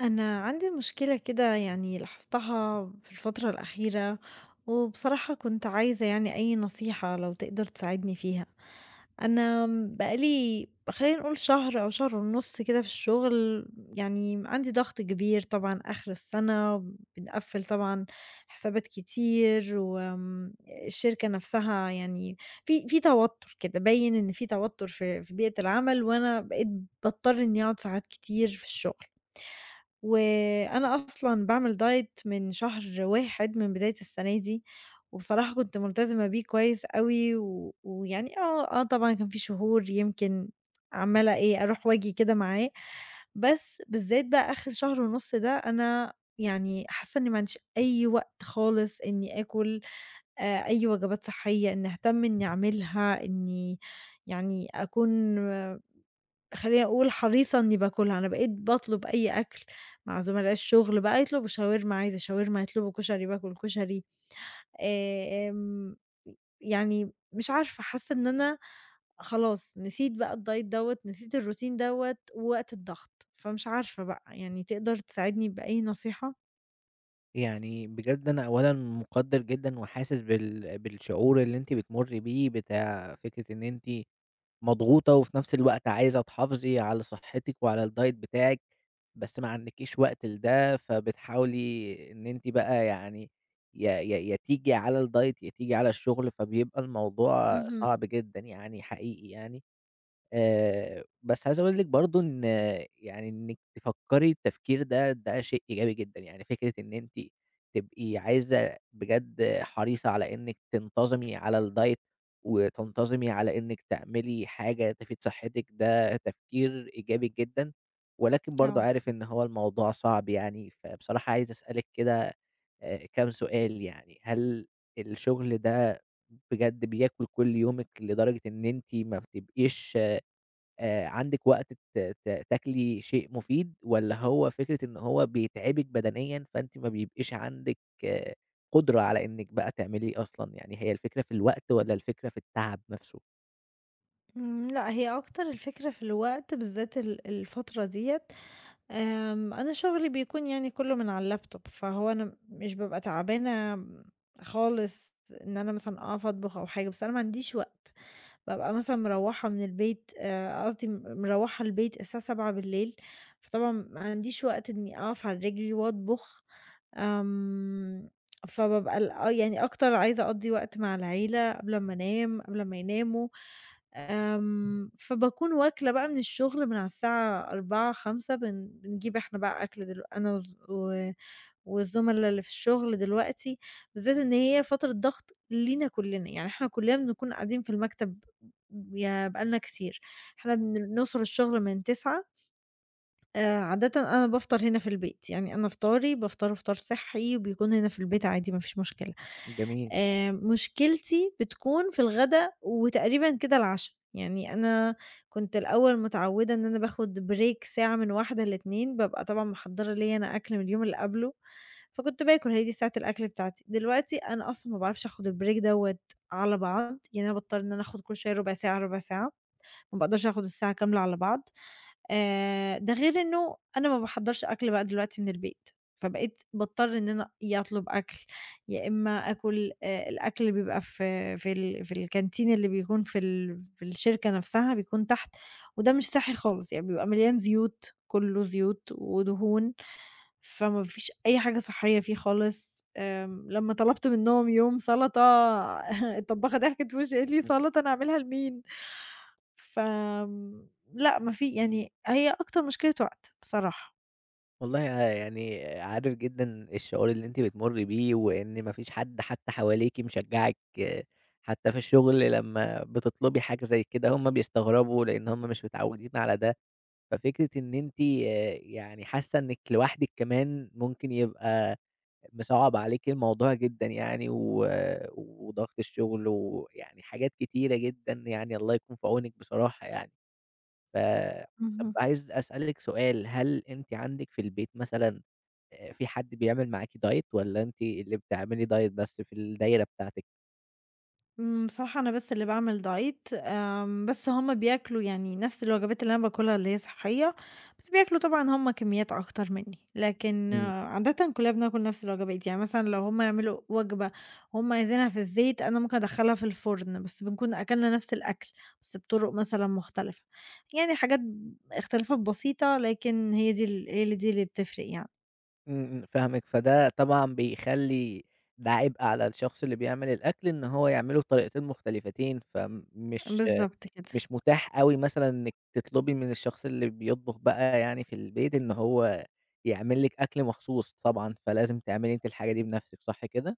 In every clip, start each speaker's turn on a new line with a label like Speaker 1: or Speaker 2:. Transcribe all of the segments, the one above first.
Speaker 1: أنا عندي مشكلة كده يعني لاحظتها في الفترة الأخيرة. وبصراحة كنت عايزة يعني أي نصيحة لو تقدر تساعدني فيها. أنا بقالي خلينا نقول شهر أو شهر ونص كده في الشغل. يعني عندي ضغط كبير طبعا آخر السنة، بنقفل طبعا حسابات كتير والشركة نفسها يعني في توتر كده باين إن في توتر في بيئة العمل، وأنا بقيت بضطر إني أقعد ساعات كتير في الشغل. وأنا أصلًا باعمل diet من شهر 1 من بداية السنة دي، وبصراحة كنت ملتزمة بيه كويس أوي، ويعني طبعًا كان في شهور يمكن عمّالة إيه، أروح وآجي كده معاه. بس بالذات بقى آخر شهر ونُص ده أنا يعني حاسة إني ما عنديش أي وقت خالص إني آكل أي وجبات صحية، إني أهتم إني أعملها، إني يعني أكون خلّيني أقول حريصة إنّي باكلها. أنا بقيت باطلب أي أكل، مع زملاء الشغل بقى يطلبوا شاورما، عايزة شاورما، يطلبوا كشري، باكل كشري، آمم، يعني مش عارفة، حاسة إن أنا خلاص نسيت بقى الdiet دوّة، نسيت الروتين دوّة ووقت الضغط، فمش عارفة بقى يعني تقدر تساعدني بأي نصيحة؟
Speaker 2: يعني بجد أنا أولًا مُقدّر جدًا وحاسس بالشعور اللي أنتِ بتمُرّي بيه بتاع فكرة إن أنتِ مضغوطة وفي نفس الوقت عايزة تحافظي على صحّتِك وعلى الdiet بتاعِك، بس ما عندكيش وقت لده، فبتحاولي إن أنتِ بقى يعني يا تيجي على الdiet يا تيجي على الشغل، فبيبقى الموضوع
Speaker 1: اهم.
Speaker 2: صعب جدًا يعني حقيقي يعني. بس عايز أقول لِك برضه إن يعني إنِّك تفكّري التفكير ده، ده شيء إيجابي جدًا، يعني فكرة إن أنتِ تبقي عايزة بجد حريصة على إنِّك تنتظمي على الdiet وتنتظمي على إنِّك تعملي حاجة تفيد صحتِك، ده تفكير إيجابي جدًا، ولكن برضه
Speaker 1: آه.
Speaker 2: عارف إن هو الموضوع صعب يعني، فبصراحة عايز أسألِك كده كام سؤال يعني، هل الشغل ده بجد بياكل كل يومِك لدرجة إن أنتِ ما بتبقيش عندِك وقت ت ت تاكلي شيء مفيد، والّا هو فكرة إن هو بيتعبِك بدنيًا، فأنتِ ما بيبقيش عندِك آه، قدرة على إنِّك بقى تعملي أصلًا، يعني هي الفكرة في الوقت والّا الفكرة في التعب نفسه؟
Speaker 1: لأ هي أكتر الفكرة في الوقت بالذات الفترة ديّة. أنا شغلي بيكون يعني كلّه من على اللابتوب، فهو أنا مش بابقى تعبانة خالص إن أنا مثلًا أقف أطبخ أو حاجة، بس أنا ما عنديش وقت. بابقى مثلًا مروّحة من البيت، قصدي مروّحة البيت الساعة 19:00، فطبعًا ما عنديش وقت إني أقف على رجلي وأطبخ. آمم، فبابقى ال آه، يعني أكتر عايزة أقضّي وقت مع العيلة قبل أمّا أنام، قبل أمّا يناموا. فباكون واكلة بقى من الشغل من على الساعة 16:00، 17:00، بنجيب إحنا بقى أكل، أنا والزملا اللي في الشغل دلوقتي، بالذات إن هي فترة ضغط لينا كلنا، يعني إحنا كلنا بنكون قاعدين في المكتب يا بقى لنا كتير، إحنا نوصل الشغل من 09:00. عادةً أنا بافطر هنا في البيت، يعني أنا فطاري بافطره فطار صحّي وبيكون هنا في البيت عادي ما فيش مشكلة.
Speaker 2: جميل.
Speaker 1: مشكلتي بتكون في الغدا وتقريبًا كده العشا، يعني أنا كنت الأول متعوّدة إن أنا باخد break ساعة من 13:00 ل14:00، بابقى طبعًا محضّرة ليّا أنا أكل من اليوم اللي قبله، فكنت باكل هي دي ساعة الأكل بتاعتي. دلوقتي أنا أصلًا ما باعرفش آخد الbreak دوّة على بعض، يعني أنا باضطر إن أنا آخد كل شوية ربع ساعة، ربع ساعة، ما باقدرش آخد الساعة كاملة على بعض. ده غير إنه أنا ما باحضّرش أكل بقى دلوقتي من البيت، فبقيت باضطر إن أنا يا أطلب أكل، يا إمّا آكل الأكل اللي بيبقى في الكانتين اللي بيكون في الشركة نَفْسها، بيكون تحت، وده مش صحّي خالص، يعني بيبقى مليان زيوت، كُلّه زيوت ودهون. فما فيش أي حاجة صحّية فيه خالص. لمّا طلبت منّهم يوم سَلطة، الطبّاخة ضحكت في وشّي، قالت لي: "سَلطة أنا هاعملها لمين؟" فآمم، لأ، ما في، يعني هي أكتر مشكلة وقت بصراحة.
Speaker 2: والله يعني عارف جدًا الشعور اللي أنتِ بتمُرّي بيه، وإن ما فيش حد حتى حواليكِ مشجّعِك آه، حتى في الشغل لمّا بتطلبي حاجة زي كده، هم بيستغربوا لإن هم مش متعودين على ده. ففكرة إن أنتِ يعني حاسة إنِّك لوحدِك كمان ممكن يبقى مصعّب عليكِ الموضوع جدًا يعني وضغط الشغل ويعني حاجات كتيرة جدًا يعني الله يكون في عونِك بصراحة يعني. ف طَب
Speaker 1: اهم.
Speaker 2: عايز أسألِك سؤال، هل أنتِ عندِك في البيت مثلًا في حد بيعمل معاكِ diet والّا أنتِ اللي بتعملي diet بس في الدايرة بتاعتِك؟
Speaker 1: بصراحة أنا بس اللي باعمل دايت. بس هُم بياكلوا يعني نفس الوجبات اللي أنا باكلها اللي هي صحية، بس بياكلوا طبعًا هُم كميات أكتر منّي، لكن عادةً كلّنا بناكل نفس الوجبات، يعني مثلًا لو هُم يعملوا وجبة هُم عايزينها في الزيت، أنا ممكن أدخّلها في الفرن، بس بنكون أكلنا نفس الأكل، بس بطرق مثلًا مختلفة، يعني اختلافات بسيطة، لكن هي دي اللي بتفرق يعني.
Speaker 2: إمم، إمم، فاهمِك، فده طبعًا بيخلّي ده عبء على الشخص اللي بيعمل الأكل إن هو يعمله بطريقتين مختلفتين،
Speaker 1: بالضبط كده.
Speaker 2: مش متاح أوي مثلًا إنِّك تطلبي من الشخص اللي بيطبخ بقى يعني في البيت إن هو يعمل لِك أكل مخصوص طبعًا، فلازم تعملي أنتِ الحاجة دي بنَفْسِك، صح كده؟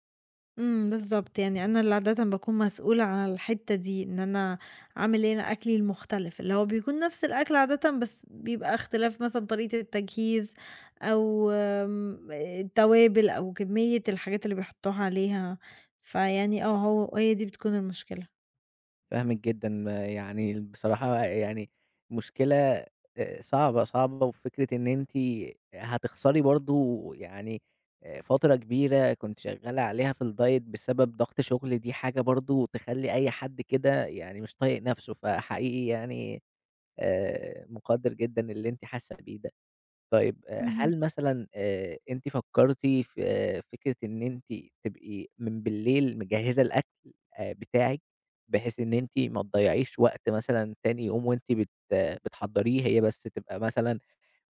Speaker 1: بالضبط، يعني أنا اللي عادةً باكون مسؤولة عن الحتّة دي، إن أنا أعمل إيه أنا أكلي المختلف، اللي هو بيكون نفس الأكل عادةً بس بيبقى اختلاف مثلًا طريقة التجهيز أو التوابل أو كمية الحاجات اللي بيحطوها عليها، فيعني هي دي بتكون المشكلة.
Speaker 2: فاهمِك جدًا، ما يعني بصراحة يعني مشكلة صعبة، صعبة، وفكرة إن أنتِ هتخسري برضه يعني فترة كبيرة كنتِ شغّالة عليها في الdiet بسبب ضغط شغل، دي حاجة برضه تخلّي أي حد كده يعني مش طايق نَفْسه، فحقيقي يعني مُقدّر جدًا اللي أنتِ حاسة بيه ده. طيب
Speaker 1: اهم.
Speaker 2: هل مثلًا أنتِ فكرتِ في آه، فكرة إن أنتِ تبقي من بالليل مجهزة الأكل بتاعِك، بحيث إن أنتِ ما تضيّعيش وقت مثلًا تاني يوم وأنتِ بت آه، بتحضّريه، هي بس تبقى مثلًا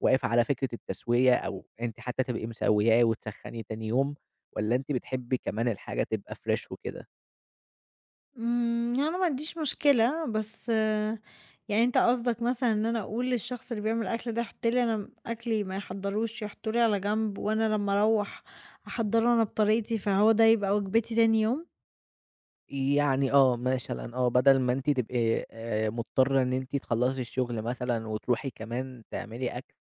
Speaker 2: واقفة على فكرة التسوية، أو أنتِ حتى تبقي مسوياه وتسخّنيه تاني يوم، والّا أنتِ بتحبي كمان الحاجة تبقى فريش وكده؟
Speaker 1: يعني أنا ما عنديش مشكلة، بس يعني أنت قصدك مثلًا إن أنا أقول للشخص اللي بيعمل الأكل ده حُط لي أنا، أكلي ما يحضّروش، يحطّوه لي على جنب وأنا لمّا أروّح أحضّره أنا بطريقتي، فهو ده يبقى وجبتي تاني يوم؟
Speaker 2: يعني آه، مثلًا آه، بدل ما أنتِ تبقي مضطرة إن أنتِ تخلّصي الشغل مثلًا وتروحي كمان تعملي أكل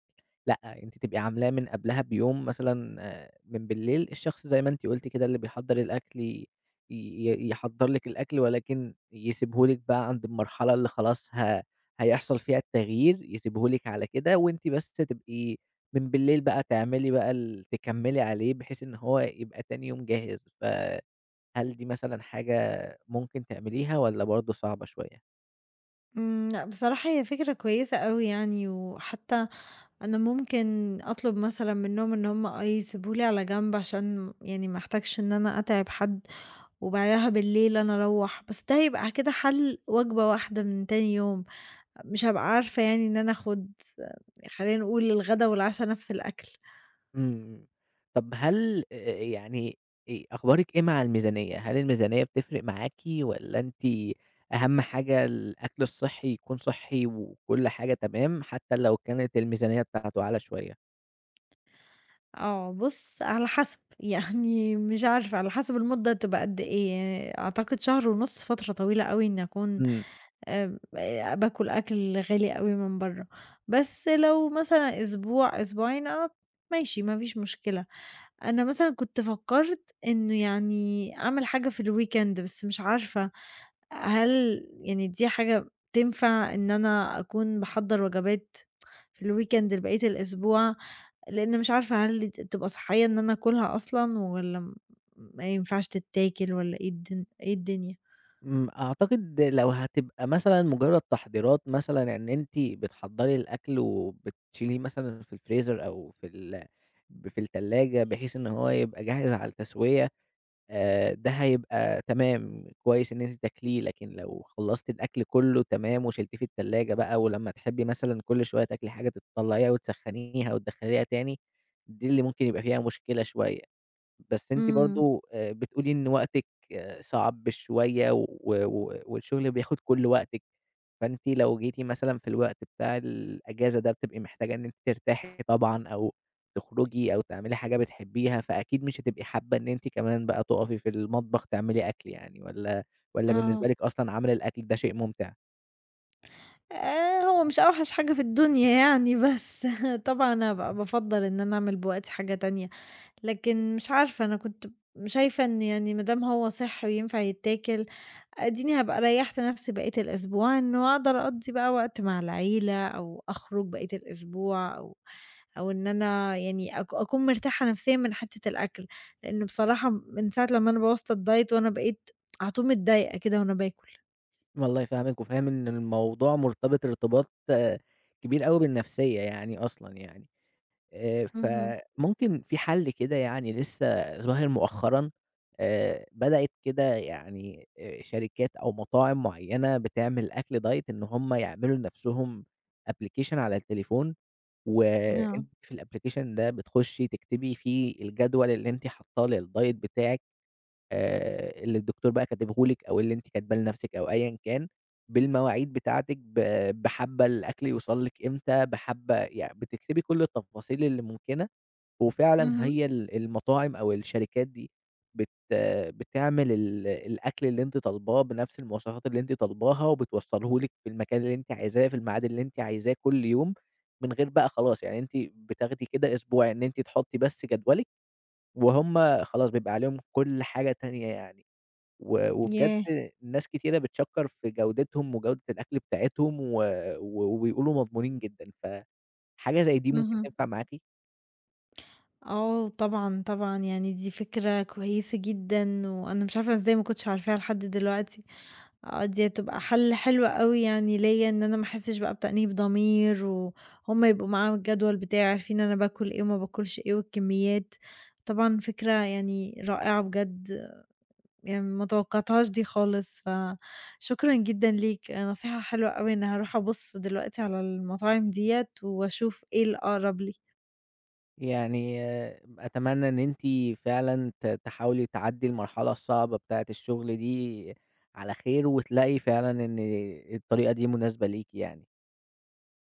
Speaker 2: لأ، أنتِ تبقي عاملاه من قبلها بيوم مثلًا من بالليل، الشخص زي ما أنتِ قُلتِ كده اللي بيحضّر الأكل ي ي يحضّر لِك الأكل ولكن يسيبه لِك بقى عند المرحلة اللي خلاص هيحصل فيها التغيير، يسيبه لِك على كده، وأنتِ بس تبقي من بالليل بقى تعملي بقى ال تكمّلي عليه بحيث إن هو يبقى تاني يوم جاهز، فهل دي مثلًا حاجة ممكن تعمليها والّا برضه صعبة شوية؟
Speaker 1: لأ بصراحة هي فكرة كويسة أوي يعني، وحتى أنا ممكن أطلب مثلًا منّهم إن هُم يسيبوه لي على جنب عشان يعني ما احتاجش إن أنا أتعب حد، وبعدها بالليل أنا أروّح، بس ده هيبقى كده حَل وجبة واحدة من تاني يوم. مش هابقى عارفة يعني إن أنا آخُد، خلّينا نقول الغدا والعشا نفس الأكل.
Speaker 2: إمم. طب هل يعني أخبارِك إيه مع الميزانية؟ هل الميزانية بتفرق معاكِ والّا أنتِ أهم حاجة الأكل الصحّي يكون صحّي وكل حاجة تمام، حتّى لو كانت الميزانية بتاعته أعلى شوية؟
Speaker 1: بُص على حسب، يعني مش عارفة، على حسب المدة تبقى قد إيه يعني. أعتقد شهر ونُص فترة طويلة أوي إنّي أكون
Speaker 2: إمم.
Speaker 1: آمم باكُل أكل غالي أوي من برّه، بس لو مثلًا أسبوع، أسبوعين ماشي، ما فيش مشكلة. أنا مثلًا كنت فكّرت إنه يعني أعمل حاجة في الweekend، بس مش عارفة هل يعني دي حاجة تنفع إن أنا أكون باحضّر وجبات في الweekend لبقية الأسبوع، لإن مش عارفة هل تبقى صحّية إن أنا آكلها أصلًا والّا ما ينفعش تتاكل، والّا إيه الدنيا؟
Speaker 2: إمم. أعتقد لو هتبقى مثلًا مجرّد تحضيرات مثلًا إن أنتِ بتحضّري الأكل وبتشيليه مثلًا في الفريزر أو في ال ب في التلاجة بحيث إن هو يبقى جاهز على التسوية ده هيبقى تمام، كويس إن أنتِ تاكليه، لكن لو خلّصتِ الأكل كُلّه تمام وشِلتيه في التلاجة بقى ولمّا تحبّي مثلًا كل شوية تاكلي حاجة تطلّعيها وتسخّنيها وتدخّليها تاني، دي اللي ممكن يبقى فيها مشكلة شوية. بس أنتِ
Speaker 1: إمم،
Speaker 2: برضه بتقولي إن وقتِك آه، صعب شوية و و والشغل بياخُد كل وقتِك. فأنتِ لو جيتِ مثلًا في الوقت بتاع الأجازة ده، بتبقي محتاجة إن أنتِ ترتاحي طبعًا أو تخرجي أو تعملي حاجة بتحبيها، فأكيد مش هتبقي حابة إن أنتِ كمان بقى تُقفي في المطبخ تعملي أكل يعني والّا
Speaker 1: آه،
Speaker 2: بالنسبة لِك أصلًا عمل الأكل ده شيء ممتع؟
Speaker 1: هو مش أوحش حاجة في الدنيا يعني، بس طبعًا أنا بافضّل إن أنا أعمل بوقتي حاجة تانية. لكن مش عارفة، أنا كنت شايفة إن يعني ما دام هو صحّي وينفع يتاكل، أديني هابقى ريّحت نفسي بقية الأسبوع، إنه أقدر أقضّي بقى وقت مع العيلة أو أخرج بقية الأسبوع، أو إن أنا يعني أكون مرتاحة نفسيًا من حتّة الأكل، لإنه بصراحة من ساعة لمّا أنا بوّظت الدايت وأنا بقيت على طول متضايقة كده وأنا باكل.
Speaker 2: والله فاهمِك وفاهم إن الموضوع مرتبط ارتباط آه، كبير أوي بالنفسية يعني أصلًا يعني.
Speaker 1: اهم.
Speaker 2: فممكن في حل كده يعني لسه ظاهر مؤخرًا، بدأت كده يعني شركات أو مطاعم معيّنة بتعمل أكل diet إن هم يعملوا لنفسهم application على التليفون،
Speaker 1: آه.
Speaker 2: وأنتِ في الapplication ده بتخشي تكتبي فيه الجدول اللي أنتِ حاطاه للdiet بتاعِك اللي الدكتور بقى كاتبه لِك أو اللي أنتِ كاتباه لنفسِك أو أيًا كان، بالمواعيد بتاعتِك، بحبّة الأكل يوصل لِك إمتى، بحبّة يع بتكتبي كل التفاصيل اللي ممكنة. وفعلًا
Speaker 1: اهم.
Speaker 2: هي المطاعم أو الشركات دي بت بتعمل الأكل اللي أنتِ طالباه بنفس المواصفات اللي أنتِ طالباها، وبتوصّله لِك في المكان اللي أنتِ عايزاه، في الميعاد اللي أنتِ عايزاه كل يوم، من غير بقى خلاص يعني أنتِ بتاخدي كده أسبوع إن أنتِ تحطّي بس جدولِك، وهُم خلاص بيبقى عليهم كل حاجة تانية يعني، و وبجد
Speaker 1: ياه!
Speaker 2: ناس كتيرة بتشكّر في جودتهم وجودة الأكل بتاعتهم، و و وبيقولوا مضمونين جدًا، فحاجة زي دي ممكن
Speaker 1: اهم.
Speaker 2: تنفع معاكِ؟
Speaker 1: آه، طبعًا، طبعًا، يعني دي فكرة كويسة جدًا، وأنا مش عارفة إزاي ما كنتش عارفاها لحد دلوقتي. دي هتبقى حل حلو أوي يعني ليّا، إن أنا ما أحسش بقى بتأنيب ضمير، وهُم يبقوا معاهم الجدول بتاعي عارفين أنا باكل إيه وما باكلش إيه والكميات. طبعًا فكرة يعني رائعة بجد، يعني ما توقعتهاش دي خالص، فشكرًا جدًا ليك، نصيحة حلوة أوي. أنا هاروح أبُص دلوقتي على المطاعم ديّة وأشوف إيه الأقرب لي.
Speaker 2: يعني آه، أتمنى إن أنتِ فعلًا تحاولي تعدّي المرحلة الصعبة بتاعة الشغل دي على خير، وتلاقي فعلًا إن الطريقة دي مناسبة ليكِ يعني.